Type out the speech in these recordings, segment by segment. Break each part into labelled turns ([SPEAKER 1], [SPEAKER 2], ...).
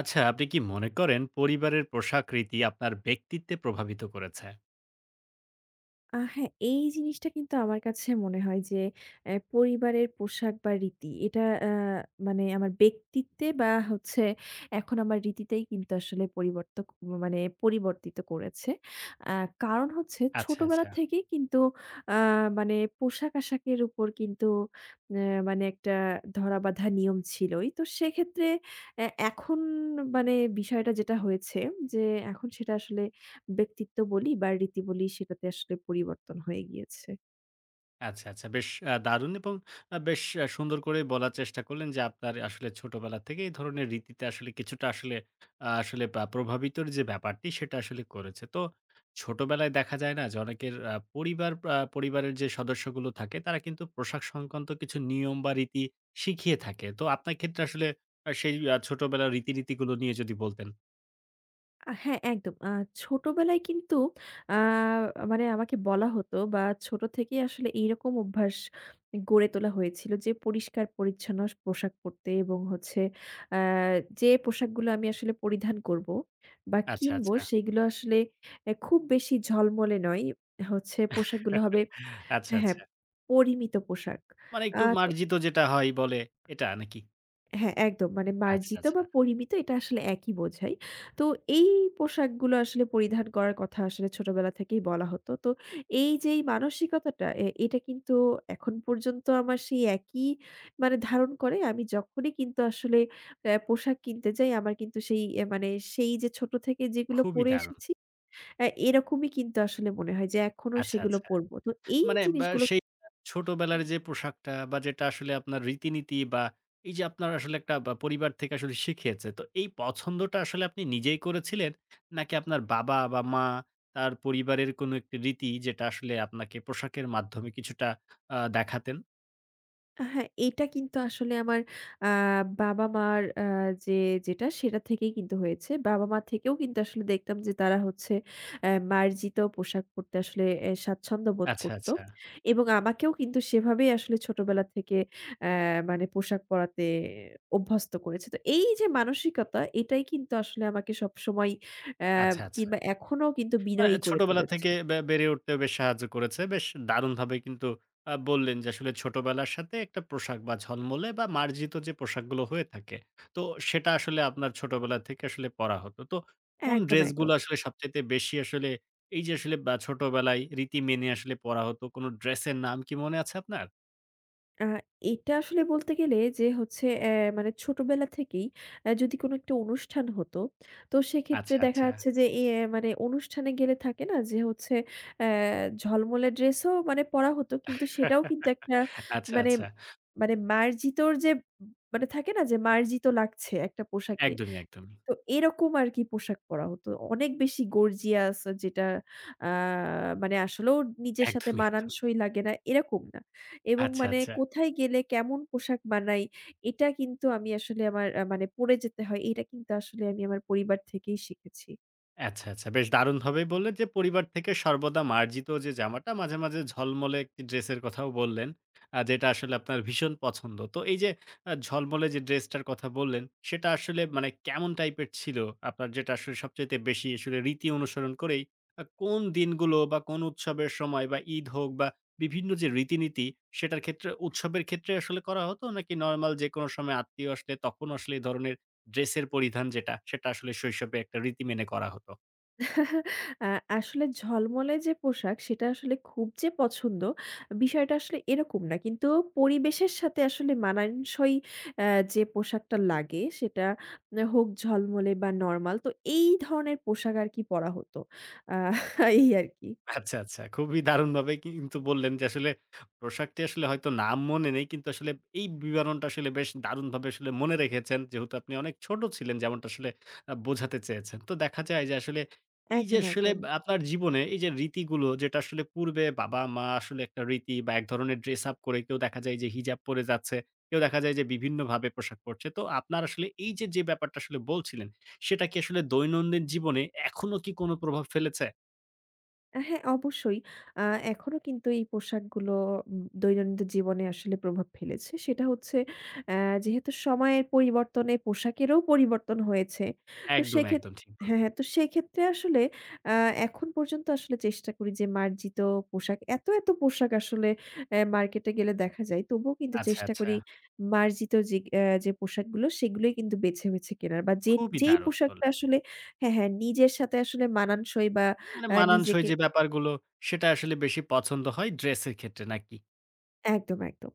[SPEAKER 1] আচ্ছা, আপনি কি মনে করেন পরিবারের পোশাক রীতি আপনার ব্যক্তিত্বে প্রভাবিত করেছে?
[SPEAKER 2] হ্যাঁ, এই জিনিসটা কিন্তু আমার কাছে মনে হয় যে পরিবারের পোশাক বা রীতি এটা আ মানে আমার ব্যক্তিত্বে বা হচ্ছে এখন আমার রীতিতেই কিন্তু আসলে পরিবর্তক মানে পরিবর্তিত করেছে। আ কারণ হচ্ছে
[SPEAKER 1] আচ্ছা,
[SPEAKER 2] ছোটবেলা
[SPEAKER 1] আচ্ছা।
[SPEAKER 2] থেকেই কিন্তু আ মানে পোশাক-আশাকের উপর কিন্তু আ মানে একটা ধরাবাঁধা নিয়ম ছিলই। তো সেক্ষেত্রে এ এখন মানে বিষয়টা যেটা হয়েছে যে এখন সেটা আসলে ব্যক্তিত্ব বলি বা রীতি বলি সেটাতে আসলে পরিবর্তন হয়ে গিয়েছে।
[SPEAKER 1] আচ্ছা, আচ্ছা। বেশ দারুণ এবং বেশ সুন্দর করে বলার চেষ্টা করলেন যে আপনার আসলে ছোটবেলা থেকে এই ধরনের রীতিতে আসলে কিছুটা আসলে প্রভাবিতর যে ব্যাপারটি সেটা আসলে করেছে। তো ছোটবেলায় দেখা যায় না যে অনেকের পরিবারের যে সদস্যগুলো থাকে তারা কিন্তু পোশাক সংক্রান্ত কিছু নিয়ম বা রীতি শিখিয়ে থাকে। তো আপনার ক্ষেত্রে আসলে সেই ছোটবেলার রীতিনীতিগুলো নিয়ে যদি বলতেন?
[SPEAKER 2] হ্যাঁ, একদম। ছোটবেলায় কিন্তু আ মানে আমাকে বলা হতো বা ছোট থেকেই আসলে এইরকম অভ্যাস গড়ে তোলা হয়েছিল যে পরিষ্কার-পরিচ্ছন্ন পোশাক পরতে এবং হচ্ছে আ যে পোশাকগুলো আমি আসলে পরিধান করব বা
[SPEAKER 1] আচ্ছা,
[SPEAKER 2] কিনবো
[SPEAKER 1] আচ্ছা।
[SPEAKER 2] সেগুলো আসলে খুব বেশি ঝলমলে নয়। হচ্ছে পোশাকগুলো হবে
[SPEAKER 1] আচ্ছা,
[SPEAKER 2] হ্যাঁ, হ্যাঁ
[SPEAKER 1] আচ্ছা।
[SPEAKER 2] পরিমিত পোশাক।
[SPEAKER 1] মানে
[SPEAKER 2] আ
[SPEAKER 1] একটু মার্জিত যেটা হয় বলে এটা নাকি?
[SPEAKER 2] হ্যাঁ, একদম। মানে
[SPEAKER 1] আচ্ছা,
[SPEAKER 2] মার্জিত বা
[SPEAKER 1] আচ্ছা।
[SPEAKER 2] পরিমিত এটা আসলে একই বোঝায়। তো এই পোশাকগুলো আসলে পরিধান করার কথা আসলে ছোটবেলা থেকেই বলা হতো। তো এই যে এই মানসিকতাটা এটা কিন্তু এখন পর্যন্ত আমার সেই একই মানে ধারণ করে। আমি যখনই কিন্তু আসলে পোশাক কিনতে যাই আমার কিন্তু সেই মানে সেই যে ছোট থেকে যেগুলো
[SPEAKER 1] খুবই
[SPEAKER 2] পড়ে
[SPEAKER 1] দারুণ।
[SPEAKER 2] এসেছি এরকমই কিন্তু আসলে মনে হয় যে এখনো
[SPEAKER 1] আচ্ছা,
[SPEAKER 2] সেগুলো
[SPEAKER 1] আচ্ছা।
[SPEAKER 2] পড়বো। তো এই
[SPEAKER 1] মানে বা
[SPEAKER 2] জিনিসগুলো
[SPEAKER 1] সেই ছোটবেলার যে পোশাকটা বা যেটা আসলে আপনার রীতিনীতি বা এই যে আপনার আসলে একটা বা পরিবার থেকে আসলে শিখিয়েছে। তো এই পছন্দটা আসলে আপনি নিজেই করেছিলেন? নাকি আপনার বাবা বা মা তার পরিবারের কোনো একটি রীতি যেটা আসলে আপনাকে পোশাকের মাধ্যমে কিছুটা দেখাতেন?
[SPEAKER 2] হ্যাঁ, এটা কিন্তু আসলে আমার আ বাবা-মার আ যে যেটা সেটা থেকেই কিন্তু হয়েছে। বাবা-মা থেকেও কিন্তু আসলে দেখতাম যে তারা হচ্ছে মার্জিত পোশাক পরতে আসলে স্বাচ্ছন্দ্য বোধ
[SPEAKER 1] আচ্ছা,
[SPEAKER 2] করত।
[SPEAKER 1] আচ্ছা।
[SPEAKER 2] এবং আমাকেও কিন্তু সেভাবেই আসলে ছোটবেলা থেকে অ্যা মানে পোশাক পরাতে অভ্যস্ত করেছে। তো এই যে মানসিকতা এটাই কিন্তু আসলে আমাকে সবসময় অ্যা
[SPEAKER 1] আচ্ছা, আচ্ছা।
[SPEAKER 2] কিংবা এখনো কিন্তু
[SPEAKER 1] মানে
[SPEAKER 2] বিনয়ী করে
[SPEAKER 1] ছোটবেলা
[SPEAKER 2] তুলেছে।
[SPEAKER 1] থেকে বেড়ে উঠতেও বেশ সাহায্য করেছে। বেশ দারুণভাবে কিন্তু বললেন যে আসলে ছোটবেলার সাথে একটা পোশাক বা ঝলমলে বা মার্জিত যে পোশাকগুলো হয়ে থাকে, তো সেটা আসলে আপনার ছোটবেলা থেকে আসলে পরা হতো। তো কোন
[SPEAKER 2] একদম,
[SPEAKER 1] ড্রেসগুলো
[SPEAKER 2] একদম।
[SPEAKER 1] আসলে সবচাইতে বেশি আসলে এই যে আসলে বা ছোটবেলায় রীতি মেনে আসলে পরা হতো, কোনো ড্রেসের নাম কি মনে আছে আপনার?
[SPEAKER 2] আ এটা আসলে বলতে গেলে যে হচ্ছে মানে ছোটবেলা থেকেই যদি কোনো একটা অনুষ্ঠান হতো, তো সেক্ষেত্রে
[SPEAKER 1] আচ্ছা,
[SPEAKER 2] দেখা
[SPEAKER 1] আচ্ছা।
[SPEAKER 2] যাচ্ছে যে মানে অনুষ্ঠানে গেলে থাকে না যে হচ্ছে অ্যা ঝলমলে ড্রেসও মানে পরা হতো কিন্তু সেটাও কিন্তু একটা
[SPEAKER 1] আচ্ছা,
[SPEAKER 2] মানে
[SPEAKER 1] আচ্ছা।
[SPEAKER 2] মানে মার্জিতর যে মানে থাকে না যে মার্জিত লাগছে একটা পোশাকে।
[SPEAKER 1] একদমই, একদমই।
[SPEAKER 2] তো এরকম আরকি পোশাক পরা হতো। অনেক বেশি গর্জিয়াস যেটা আ মানে আসলেও নিজের সাথে
[SPEAKER 1] একদমই, একদমই।
[SPEAKER 2] মানানসই লাগে না, এরকম না। এবং
[SPEAKER 1] আচ্ছা,
[SPEAKER 2] মানে
[SPEAKER 1] আচ্ছা।
[SPEAKER 2] কোথায় গেলে কেমন পোশাক বানাই, এটা কিন্তু আমি আসলে আমার মানে পড়ে যেতে হয়, এটা কিন্তু আসলে আমি আমার পরিবার থেকেই শিখেছি।
[SPEAKER 1] আচ্ছা, আচ্ছা। বেশ দারুণভাবেই বললেন যে পরিবার থেকে সর্বদা মার্জিত যে জামাটা মাঝে, মাঝে ঝলমলে একটি ড্রেসের কথাও বললেন। যেটা আসলে আপনার ভীষণ পছন্দ। তো এই যে ঝলমলে যে ড্রেসটার কথা বললেন, সেটা আসলে মানে কেমন টাইপের ছিল? আপনার যেটা আসলে সবচাইতে বেশি আসলে রীতি অনুসরণ করেই কোন দিনগুলো বা কোন উৎসবের সময় বা ঈদ হোক বা বিভিন্ন যে রীতিনীতি সেটার ক্ষেত্রে উৎসবের ক্ষেত্রে আসলে করা হতো? নাকি নরমাল যেকোনো সময় আত্মীয় আসলে তখন আসলে এই ধরনের ড্রেসের পরিধান যেটা, সেটা আসলে শৈশবে একটা রীতি মেনে করা হতো?
[SPEAKER 2] আ আসলে ঝলমলে যে পোশাক সেটা আসলে খুব যে পছন্দ, বিষয়টা আসলে এরকম না। কিন্তু পরিবেশের সাথে আসলে মানানসই যে পোশাকটা লাগে সেটা না হোক ঝলমলে বা নরমাল। তো এই ধরনের পোশাক আরকি পরা হতো। আ এই আরকি।
[SPEAKER 1] আচ্ছা, আচ্ছা। খুবই দারুণভাবে কিন্তু বললেন যে আসলে পোশাকটি আসলে হয়তো নাম মনে নেই। কিন্তু আসলে এই বিবরণটা আসলে বেশ দারুণভাবে আসলে মনে রেখেছেন। যেহেতু আপনি অনেক ছোট ছিলেন যেমনটা আসলে বোঝাতে চেয়েছেন। তো দেখা যায় যে আসলে এই যে
[SPEAKER 2] একদম,
[SPEAKER 1] আসলে
[SPEAKER 2] একদম।
[SPEAKER 1] আপনার জীবনে এই যে রীতিগুলো যেটা আসলে পূর্বে বাবা-মা আসলে একটা রীতি বা এক ধরনের ড্রেস আপ করে কেউ দেখা যায় যে হিজাব পরে যাচ্ছে। কেউ দেখা যায় যে বিভিন্নভাবে পোশাক পরছে। তো আপনার আসলে এই যে, যে ব্যাপারটা আসলে বলছিলেন সেটা কি আসলে দৈনন্দিন জীবনে এখনো কি কোনো প্রভাব ফেলেছে?
[SPEAKER 2] হ্যাঁ, অবশ্যই। আ এখনো কিন্তু এই পোশাকগুলো দৈনন্দিন জীবনে আসলে প্রভাব ফেলেছে। সেটা হচ্ছে অ্যা যেহেতু সময়ের পরিবর্তনে পোশাকেরও পরিবর্তন হয়েছে। তো
[SPEAKER 1] একদম, একদম ঠিক
[SPEAKER 2] হ্যাঁ,
[SPEAKER 1] বললেন।
[SPEAKER 2] হ্যাঁ। তো সেক্ষেত্রে আসলে আ এখন পর্যন্ত আসলে চেষ্টা করি যে মার্জিত পোশাক এত, এত পোশাক আসলে মার্কেটে গেলে দেখা যায়। তবুও কিন্তু
[SPEAKER 1] আচ্ছা,
[SPEAKER 2] চেষ্টা
[SPEAKER 1] আচ্ছা।
[SPEAKER 2] করি মার্জিত যে পোশাকগুলো সেগুলোই কিন্তু বেছে, বেছে কেনার বা
[SPEAKER 1] খুবই
[SPEAKER 2] যেই
[SPEAKER 1] দারুণ
[SPEAKER 2] পোশাকটা
[SPEAKER 1] বললেন।
[SPEAKER 2] আসলে হ্যাঁ, হ্যাঁ, নিজের সাথে আসলে মানানসই বা
[SPEAKER 1] মানে মানানসই
[SPEAKER 2] নিজেকে
[SPEAKER 1] যে ব্যাপারগুলো সেটা আসলে বেশি পছন্দ হয় ড্রেসের ক্ষেত্রে নাকি?
[SPEAKER 2] একদম, একদম,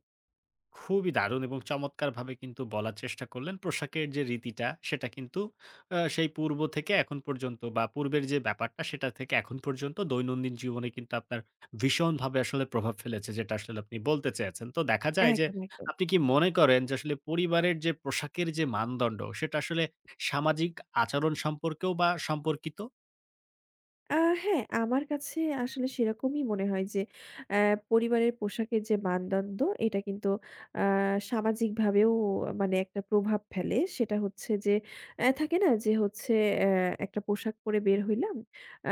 [SPEAKER 1] খুবই দারুণ এবং চমৎকারভাবে কিন্তু বলার চেষ্টা করলেন। পোশাকের যে রীতিটা সেটা কিন্তু সেই পূর্ব থেকে এখন পর্যন্ত বা পূর্বের যে ব্যাপারটা সেটা থেকে এখন পর্যন্ত দৈনন্দিন জীবনে কিন্তু আপনার ভীষণভাবে আসলে প্রভাব ফেলেছে যেটা আসলে আপনি বলতে চেয়েছেন। তো দেখা যায় যে
[SPEAKER 2] একদম, একদম।
[SPEAKER 1] আপনি কি মনে করেন যে আসলে পরিবারের যে পোশাকের যে মানদণ্ড সেটা আসলে সামাজিক আচরণ সম্পর্কেও বা সম্পর্কিত?
[SPEAKER 2] আ হ্যাঁ, আমার কাছে আসলে সেরকমই মনে হয় যে অ্যা পরিবারের পোশাকের যে মানদণ্ড এটা কিন্তু আ সামাজিকভাবেও মানে একটা প্রভাব ফেলে। সেটা হচ্ছে যে থাকে না যে হচ্ছে অ্যা একটা পোশাক পরে বের হইলাম।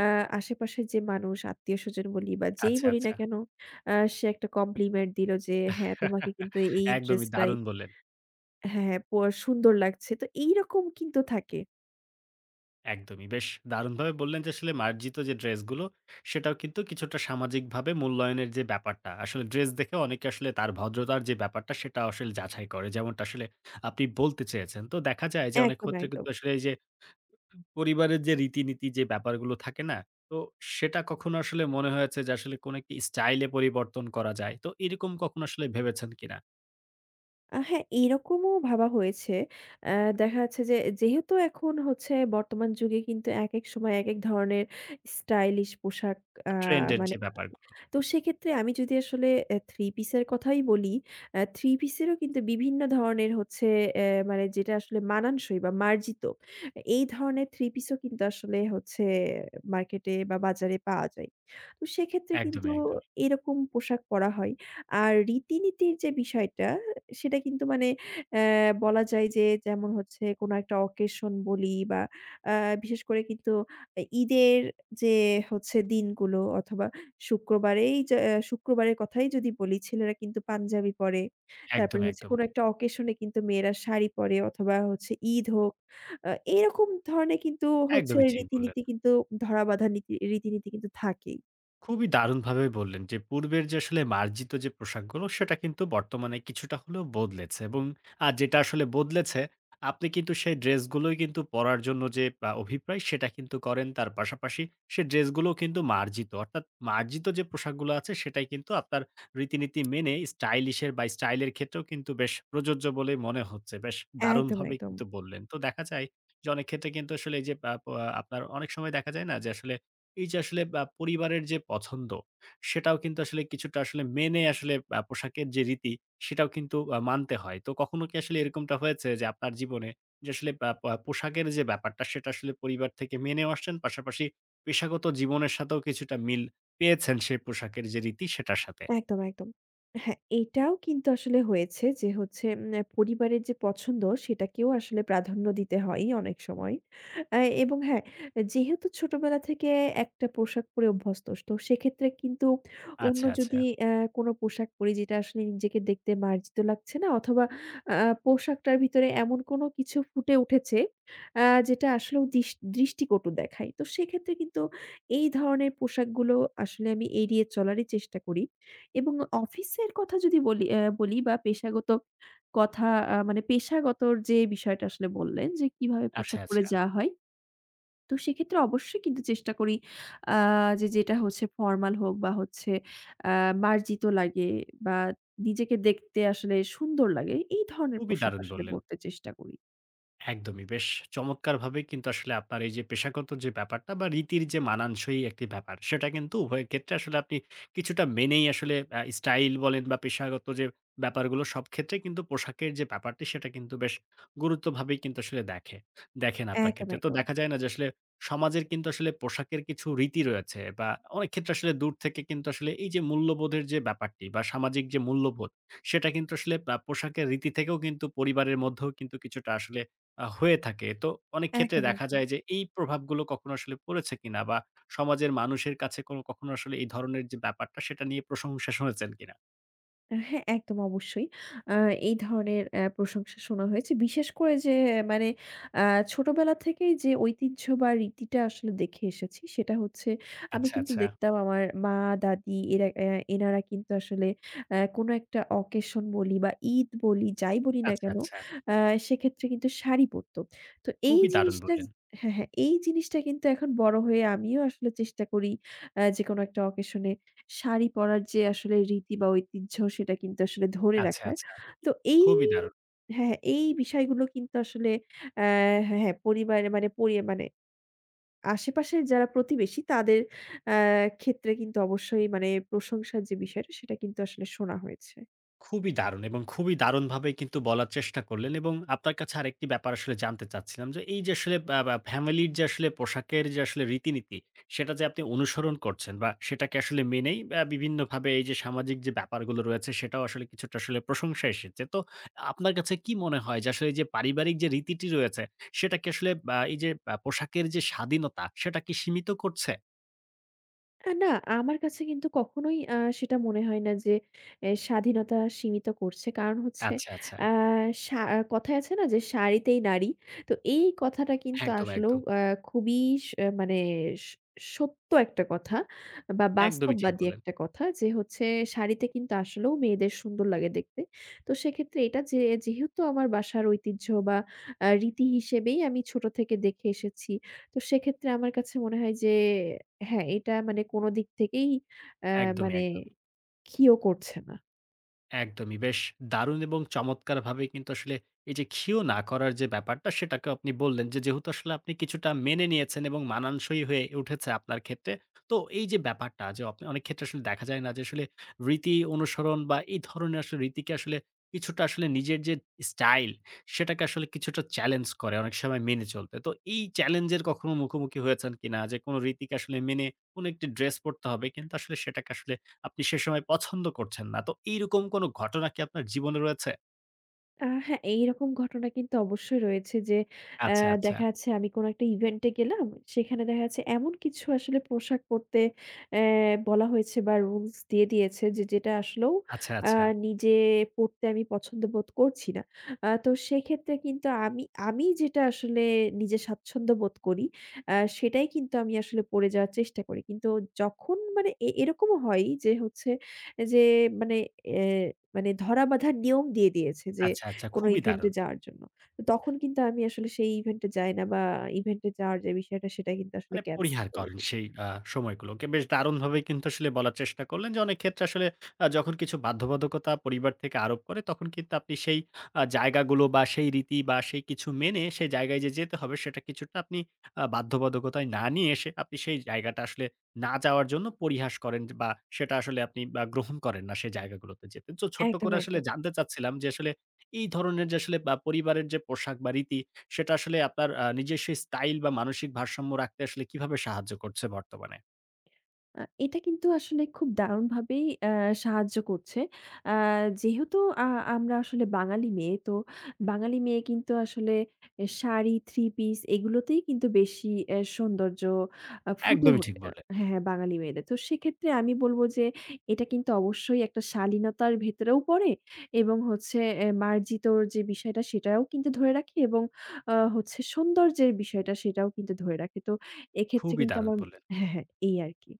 [SPEAKER 2] আ আশেপাশের যে মানুষ আত্মীয়স্বজন বলি বা যেই
[SPEAKER 1] আচ্ছা,
[SPEAKER 2] বলি না
[SPEAKER 1] আচ্ছা।
[SPEAKER 2] কেন সে একটা কমপ্লিমেন্ট দিল যে হ্যাঁ, তোমাকে কিন্তু এই
[SPEAKER 1] একদমই
[SPEAKER 2] ড্রেসটাই
[SPEAKER 1] দারুণ বললেন।
[SPEAKER 2] হ্যাঁ, হ্যাঁ, সুন্দর লাগছে। তো এইরকম কিন্তু থাকে।
[SPEAKER 1] একদমই। বেশ দারুণভাবে বললেন যে আসলে মার্জিত যে ড্রেসগুলো, সেটাও কিন্তু কিছুটা সামাজিকভাবে মূল্যায়নের যে ব্যাপারটা, আসলে ড্রেস দেখে অনেকে আসলে তার ভদ্রতার যে ব্যাপারটা, সেটা আসলে যাচাই করে। যেমনটা আসলে আপনি বলতে চেয়েছেন। তো দেখা যায় যে অনেক
[SPEAKER 2] একদম,
[SPEAKER 1] ক্ষেত্রে
[SPEAKER 2] একদম।
[SPEAKER 1] কিন্তু আসলে এই যে পরিবারের যে রীতিনীতি যে ব্যাপারগুলো থাকে না? তো সেটা কখনো আসলে মনে হয়েছে যে আসলে কোনো একটি স্টাইলে পরিবর্তন করা যায়। তো এরকম কখনো আসলে ভেবেছেন কিনা?
[SPEAKER 2] হ্যাঁ, এরকমও ভাবা হয়েছে। অ্যা দেখা যাচ্ছে যে যেহেতু এখন হচ্ছে বর্তমান যুগে কিন্তু একেক সময় একেক ধরনের স্টাইলিশ পোশাক আ
[SPEAKER 1] ট্রেন্ড এর
[SPEAKER 2] মানে
[SPEAKER 1] যে ব্যাপারগুলো।
[SPEAKER 2] তো সেক্ষেত্রে আমি যদি আসলে থ্রি পিসের কথাই বলি, থ্রি পিসেরও কিন্তু বিভিন্ন ধরনের হচ্ছে মানে যেটা আসলে মানানসই বা মার্জিত, এই ধরনের থ্রি পিসও কিন্তু আসলে হচ্ছে মার্কেটে বা বাজারে পাওয়া যায়। তো সেক্ষেত্রে কিন্তু
[SPEAKER 1] একদমই, একদমই।
[SPEAKER 2] এরকম পোশাক পরা হয়। আর রীতিনীতির যে বিষয়টা, সেটা কিন্তু মানে বলা যায় যে যেমন হচ্ছে কোনো একটা অকেশন বলি বা আ বিশেষ করে কিন্তু ঈদের যে হচ্ছে দিনগুলো অথবা শুক্রবারেই যা শুক্রবারের কথাই যদি বলি ছেলেরা কিন্তু পাঞ্জাবি পরে। তারপরে
[SPEAKER 1] একদমই,
[SPEAKER 2] হচ্ছে
[SPEAKER 1] একদম।
[SPEAKER 2] কোনো একটা অকেশন কিন্তু মেয়েরা শাড়ি পরে অথবা হচ্ছে ঈদ হোক। আ এরকম ধরনের কিন্তু হচ্ছে
[SPEAKER 1] একদমই ঠিক বললেন।
[SPEAKER 2] রীতিনীতি কিন্তু ধরা বাঁধা রীতিনীতি কিন্তু থাকেই।
[SPEAKER 1] খুবই দারুণভাবে বললেন যে পূর্বের যে আসলে মার্জিত যে পোশাকগুলো সেটা কিন্তু বর্তমানে কিছুটা হলেও বদলেছে এবং আর যেটা আসলে বদলেছে আপনি কিন্তু সেই ড্রেসগুলোই কিন্তু পরার জন্য যে অভিপ্রায় সেটা কিন্তু করেন। তার পাশাপাশি সে ড্রেসগুলোও কিন্তু মার্জিত। অর্থাৎ মার্জিত যে পোশাকগুলো আছে সেটাই কিন্তু আপনার রীতিনীতি মেনে স্টাইলিশ এর বা স্টাইল এর ক্ষেত্রেও কিন্তু বেশ প্রযোজ্য বলে মনে হচ্ছে। বেশ
[SPEAKER 2] একদম,
[SPEAKER 1] দারুণভাবে
[SPEAKER 2] একদম।
[SPEAKER 1] কিন্তু বললেন। তো দেখা যায় যে অনেক ক্ষেত্রে কিন্তু আসলে এই যে আপনার অনেক সময় দেখা যায় না যে আসলে এই যে আসলে পরিবারের যে পছন্দ, সেটাও কিন্তু আসলে কিছুটা আসলে মেনে আসলে পোশাকের যে রীতি, সেটাও কিন্তু মানতে হয়। তো কখনো কি আসলে এরকমটা হয়েছে যে আপনার জীবনে যে আসলে পা পা পোশাকের যে ব্যাপারটা, সেটা আসলে পরিবার থেকে মেনেও আসছেন, পাশাপাশি পেশাগত জীবনের সাথেও কিছুটা মিল পেয়েছেন সেই পোশাকের যে রীতি, সেটার সাথে?
[SPEAKER 2] একদম, একদম। হ্যাঁ, এটাও কিন্তু আসলে হয়েছে যে হচ্ছে পরিবারের যে পছন্দ সেটাকেও আসলে প্রাধান্য দিতে হয় অনেক সময়। আ এবং হ্যাঁ, যেহেতু ছোটবেলা থেকে একটা পোশাক পরে অভ্যস্ত, তো সেক্ষেত্রে কিন্তু অন্য
[SPEAKER 1] আচ্ছা, আচ্ছা।
[SPEAKER 2] যদি কোনো পোশাক পরি যেটা আসলে নিজেকে দেখতে মার্জিত লাগছে না অথবা আ পোশাকটার ভিতরে এমন কোনো কিছু ফুটে উঠেছে আ যেটা আসলেও দৃষ্টিকটু দেখায়। তো সেক্ষেত্রে কিন্তু এই ধরনের পোশাকগুলো আসলে আমি এড়িয়ে চলারই চেষ্টা করি। এবং অফিসের কথা যদি বলি অ্যা বলি বা পেশাগত কথা মানে পেশাগতর যে বিষয়টা আসলে বললেন যে কিভাবে
[SPEAKER 1] আচ্ছা,
[SPEAKER 2] পোশাক পরে
[SPEAKER 1] আচ্ছা।
[SPEAKER 2] যাওয়া হয়। তো সেক্ষেত্রে অবশ্যই কিন্তু চেষ্টা করি আ যে যেটা হচ্ছে ফরমাল হোক বা হচ্ছে আ মার্জিত লাগে বা নিজেকে দেখতে আসলে সুন্দর লাগে। এই ধরনের
[SPEAKER 1] খুবই
[SPEAKER 2] পোশাক
[SPEAKER 1] দারুণ
[SPEAKER 2] আসলে
[SPEAKER 1] বললেন।
[SPEAKER 2] পরতে চেষ্টা করি।
[SPEAKER 1] একদমই। বেশ চমৎকারভাবে কিন্তু আসলে আপনার এই যে পেশাগত যে ব্যাপারটা বা রীতির যে মানানসই একটি ব্যাপার, সেটা কিন্তু উভয়ের ক্ষেত্রে আসলে আপনি কিছুটা মেনেই আসলে স্টাইল বলেন বা পেশাগত যে ব্যাপারগুলো সব ক্ষেত্রেই কিন্তু পোশাকের যে ব্যাপারটি সেটা কিন্তু বেশ গুরুত্বভাবেই কিন্তু আসলে দেখেন আপনার
[SPEAKER 2] একদম,
[SPEAKER 1] ক্ষেত্রে। তো
[SPEAKER 2] একদম।
[SPEAKER 1] দেখা যায় না যে আসলে সমাজের কিন্তু আসলে পোশাকের কিছু রীতি রয়েছে বা অনেক ক্ষেত্রে আসলে দূর থেকে কিন্তু আসলে এই যে মূল্যবোধের যে ব্যাপারটি বা সামাজিক যে মূল্যবোধ, সেটা কিন্তু আসলে পোশাকের রীতি থেকেও কিন্তু পরিবারের মধ্যেও কিন্তু কিছুটা আসলে হয়ে থাকে। তো অনেক ক্ষেত্রে
[SPEAKER 2] একদম,
[SPEAKER 1] দেখা
[SPEAKER 2] একদম।
[SPEAKER 1] যায় যে এই প্রভাবগুলো কখনো আসলে পড়েছে কিনা? বা সমাজের মানুষের কাছে কোনো কখনো আসলে এই ধরনের যে ব্যাপারটা সেটা নিয়ে প্রশংসা শুনেছেন কিনা?
[SPEAKER 2] হ্যাঁ, একদম অবশ্যই। আ এই ধরনের প্রশংসা শোনা হয়েছে। বিশেষ করে যে মানে আ ছোটবেলা থেকেই যে ঐতিহ্য বা রীতিটা আসলে দেখে এসেছি সেটা হচ্ছে আমি
[SPEAKER 1] আচ্ছা,
[SPEAKER 2] কিন্তু
[SPEAKER 1] আচ্ছা।
[SPEAKER 2] দেখতাম আমার মা, দাদি এরা অ্যা এনারা কিন্তু আসলে কোনো একটা অকেশন বলি বা ঈদ বলি যাই বলি না
[SPEAKER 1] আচ্ছা,
[SPEAKER 2] কেন,
[SPEAKER 1] আচ্ছা।
[SPEAKER 2] আ সেক্ষেত্রে কিন্তু শাড়ি পরতো। তো এই
[SPEAKER 1] খুবই দারুণ
[SPEAKER 2] জিনিসটা
[SPEAKER 1] বললেন।
[SPEAKER 2] হ্যাঁ, হ্যাঁ। এই জিনিসটা কিন্তু এখন বড় হয়ে আমিও আসলে চেষ্টা করি যেকোনো একটা অকেশনে শাড়ি পরার যে আসলে রীতি বা ঐতিহ্য সেটা কিন্তু আসলে ধরে
[SPEAKER 1] আচ্ছা,
[SPEAKER 2] রাখার।
[SPEAKER 1] আচ্ছা।
[SPEAKER 2] তো
[SPEAKER 1] খুবই দারুণ।
[SPEAKER 2] হ্যাঁ, হ্যাঁ, এই বিষয়গুলো কিন্তু আসলে অ্যা হ্যাঁ, হ্যাঁ, পরিবারে মানে পরি মানে আশেপাশের যারা প্রতিবেশী তাদের অ্যা ক্ষেত্রে কিন্তু অবশ্যই মানে প্রশংসার যে বিষয়টা সেটা কিন্তু আসলে শোনা হয়েছে।
[SPEAKER 1] খুবই দারুণ এবং খুবই দারুণভাবে কিন্তু বলার চেষ্টা করলেন এবং আপনার কাছে আরেকটি ব্যাপার আসলে জানতে চাচ্ছিলাম যে এই যে আসলে বা বা ফ্যামিলির যে আসলে পোশাকের যে আসলে রীতিনীতি সেটা যে আপনি অনুসরণ করছেন বা সেটাকে আসলে মেনেই বিভিন্নভাবে এই যে সামাজিক যে ব্যাপারগুলো রয়েছে সেটাও আসলে কিছুটা আসলে প্রশংসা এসেছে। তো আপনার কাছে কি মনে হয় যে আসলে এই যে পারিবারিক যে রীতিটি রয়েছে সেটাকে আসলে বা এই যে পোশাকের যে স্বাধীনতা সেটা কি সীমিত করছে?
[SPEAKER 2] না, আমার কাছে কিন্তু কখনোই সেটা মনে হয় না যে স্বাধীনতা সীমিত করছে। কারণ হচ্ছে
[SPEAKER 1] আচ্ছা, আচ্ছা।
[SPEAKER 2] আ সা কথায় আছে না যে, "শাড়িতেই নারী।" তো এই কথাটা কিন্তু
[SPEAKER 1] একদম,
[SPEAKER 2] আসলেও
[SPEAKER 1] একদম।
[SPEAKER 2] খুবই স মানে স সত্য একটা কথা বা
[SPEAKER 1] একদমই ঠিক
[SPEAKER 2] বাস্তববাদী
[SPEAKER 1] বললেন।
[SPEAKER 2] একটা কথা যে হচ্ছে শাড়িতে কিন্তু আসলেও মেয়েদের সুন্দর লাগে দেখতে। তো সেক্ষেত্রে এটা যে যেহেতু আমার বাসার ঐতিহ্য বা রীতি হিসেবেই আমি ছোট থেকে দেখে এসেছি। তো সেক্ষেত্রে আমার কাছে মনে হয় যে হ্যাঁ, এটা মানে কোন দিক থেকেই অ্যা
[SPEAKER 1] একদমই,
[SPEAKER 2] মানে
[SPEAKER 1] একদম।
[SPEAKER 2] ক্ষীণ করছে না।
[SPEAKER 1] একদমই। বেশ দারুণ এবং চমৎকারভাবে কিন্তু আসলে এই যে ক্ষীণ না করার যে ব্যাপারটা সেটাকে আপনি বললেন যে, যেহেতু আসলে আপনি কিছুটা মেনে নিয়েছেন এবং মানানসই হয়ে উঠেছে আপনার ক্ষেত্রে। তো এই যে ব্যাপারটা যে আপনি অনেক ক্ষেত্রে আসলে দেখা যায় না যে আসলে রীতি অনুসরণ বা এই ধরনের আসলে রীতিকে আসলে কিছুটা আসলে নিজের যে স্টাইল সেটাকে আসলে কিছুটা চ্যালেঞ্জ করে অনেক সময় মেনে চলতে। তো এই চ্যালেঞ্জের কখনো মুখোমুখি হয়েছেন কিনা? যে কোনো রীতিকে আসলে মেনে কোনো একটি ড্রেস পড়তে হবে কিন্তু আসলে সেটাকে আসলে আপনি সে সময় পছন্দ করছেন না। তো এইরকম কোনো ঘটনা কি আপনার জীবনে রয়েছে?
[SPEAKER 2] হ্যাঁ, এইরকম ঘটনা কিন্তু অবশ্যই রয়েছে যে আ
[SPEAKER 1] আচ্ছা, আচ্ছা।
[SPEAKER 2] দেখা যাচ্ছে আমি কোনো একটা ইভেন্টে গেলাম। সেখানে দেখা যাচ্ছে এমন কিছু আসলে পোশাক পরতে অ্যা বলা হয়েছে বা রুলস দিয়ে দিয়েছে যে যেটা আসলেও
[SPEAKER 1] আচ্ছা,
[SPEAKER 2] আ
[SPEAKER 1] আচ্ছা।
[SPEAKER 2] নিজে পড়তে আমি পছন্দ বোধ করছি না। তো সেক্ষেত্রে কিন্তু আমি যেটা আসলে নিজে স্বাচ্ছন্দ্য বোধ করি সেটাই কিন্তু আমি আসলে পড়ে যাওয়ার চেষ্টা করি। কিন্তু যখন মানে এরকমও হয় যে হচ্ছে যে মানে অ্যা মানে ধরা বাঁধা নিয়ম দিয়ে দিয়েছে যে
[SPEAKER 1] আচ্ছা, আচ্ছা।
[SPEAKER 2] কোন
[SPEAKER 1] খুবই
[SPEAKER 2] ইভেন্টে
[SPEAKER 1] দারুণ।
[SPEAKER 2] যাওয়ার জন্য। তো তখন কিন্তু আমি আসলে সেই ইভেন্টে যাই না বা ইভেন্টে যাওয়ার যে বিষয়টা সেটা কিন্তু আসলে
[SPEAKER 1] মানে
[SPEAKER 2] ক্যানসেল
[SPEAKER 1] পরিহার
[SPEAKER 2] করে
[SPEAKER 1] করেন
[SPEAKER 2] দিই।
[SPEAKER 1] সেই সময়গুলোকে। বেশ দারুণভাবেই কিন্তু আসলে বলার চেষ্টা করলেন যে, অনেক ক্ষেত্রে আসলে যখন কিছু বাধ্যবাধকতা পরিবার থেকে আরোপ করে, তখন কিন্তু আপনি সেই জায়গাগুলো বা সেই রীতি বা সেই কিছু মেনে সেই জায়গায় যে যেতে হবে, সেটা কিছুটা আপনি বাধ্যবাধকতায় না নিয়ে এসে আপনি সেই জায়গাটা আসলে না যাওয়ার জন্য পরিহাস করেন বা সেটা আসলে আপনি বা গ্রহণ করেন না সেই জায়গাগুলোতে যেতে। তো ছোট্ট
[SPEAKER 2] একদম,
[SPEAKER 1] করে আসলে
[SPEAKER 2] একদম।
[SPEAKER 1] জানতে চাচ্ছিলাম যে, আসলে এই ধরনের যে আসলে বা পরিবারের যে পোশাক বা রীতি সেটা আসলে আপনার নিজস্ব স্টাইল বা মানসিক ভারসাম্য রাখতে আসলে কিভাবে সাহায্য করছে বর্তমানে?
[SPEAKER 2] এটা কিন্তু আসলে খুব দারুণভাবেই সাহায্য করছে। আ যেহেতু আ আমরা আসলে বাঙালি মেয়ে, তো বাঙালি মেয়ে কিন্তু আসলে শাড়ি, থ্রি পিস এগুলোতেই কিন্তু বেশি সৌন্দর্য ফুটে
[SPEAKER 1] একদমই ঠিক
[SPEAKER 2] ওঠে
[SPEAKER 1] বললেন।
[SPEAKER 2] হ্যাঁ, হ্যাঁ, বাঙালি মেয়েদের। তো সেক্ষেত্রে আমি বলব যে এটা কিন্তু অবশ্যই একটা শালীনতার ভেতরেও পড়ে এবং হচ্ছে মার্জিতর যে বিষয়টা সেটাও কিন্তু ধরে রাখে এবং হচ্ছে সৌন্দর্যের বিষয়টা সেটাও কিন্তু ধরে রাখে। তো এক্ষেত্রে
[SPEAKER 1] খুবই
[SPEAKER 2] কিন্তু
[SPEAKER 1] দারুণ
[SPEAKER 2] আমার
[SPEAKER 1] বললেন।
[SPEAKER 2] হ্যাঁ, হ্যাঁ, এই আরকি।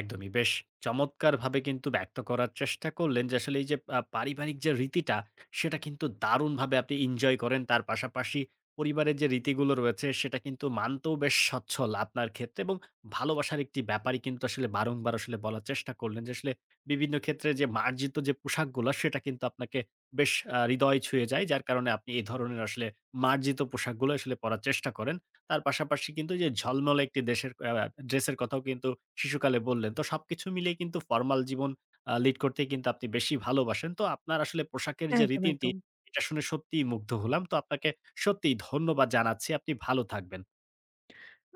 [SPEAKER 1] একদমই। বেশ চমৎকারভাবে কিন্তু ব্যক্ত করার চেষ্টা করলেন যে আসলে এই যে পারিবারিক যে রীতিটা, সেটা কিন্তু দারুণভাবে আপনি এনজয় করেন। তার পাশাপাশি পরিবারের যে রীতিগুলো রয়েছে সেটা কিন্তু মানতেও বেশ সচ্ছল আপনার ক্ষেত্রে এবং ভালোবাসার একটি ব্যাপারই কিন্তু আসলে বারংবার আসলে বলার চেষ্টা করলেন যে আসলে বিভিন্ন ক্ষেত্রে যে মার্জিত যে পোশাকগুলা সেটা কিন্তু আপনাকে বেশ হৃদয় ছুঁয়ে যায়। যার কারণে আপনি এ ধরনের আসলে মার্জিত পোশাকগুলো আসলে পরার চেষ্টা করেন। তার পাশাপাশি কিন্তু যে ঝলমলে একটি দেশের ড্রেসের কথাও কিন্তু শিশুকালে বললেন। তো সবকিছু মিলিয়ে কিন্তু ফরমাল জীবন লিড করতে কিন্তু আপনি বেশি ভালোবাসেন। তো আপনার আসলে পোশাকের যে
[SPEAKER 2] একদম,
[SPEAKER 1] রীতিনীতি,
[SPEAKER 2] একদম।
[SPEAKER 1] এটা শুনে সত্যিই মুগ্ধ হলাম। তো আপনাকে সত্যিই ধন্যবাদ জানাচ্ছি। আপনি ভালো থাকবেন।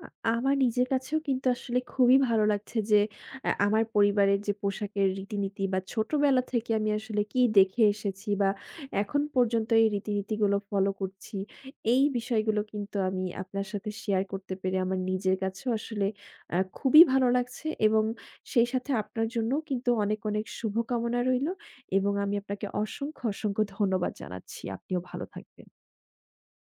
[SPEAKER 2] আ আমার নিজের কাছেও কিন্তু আসলে খুবই ভালো লাগছে যে আমার পরিবারের যে পোশাকের রীতিনীতি বা ছোটবেলা থেকে আমি আসলে কি দেখে এসেছি বা এখন পর্যন্ত এই রীতিনীতিগুলো ফলো করছি। এই বিষয়গুলো কিন্তু আমি আপনার সাথে শেয়ার করতে পেরে আমার নিজের কাছেও আসলে খুবই ভালো লাগছে এবং সেই সাথে আপনার জন্যও কিন্তু অনেক, অনেক শুভকামনা রইলো এবং আমি আপনাকে অসংখ্য, অসংখ্য ধন্যবাদ জানাচ্ছি। আপনিও ভালো থাকবেন।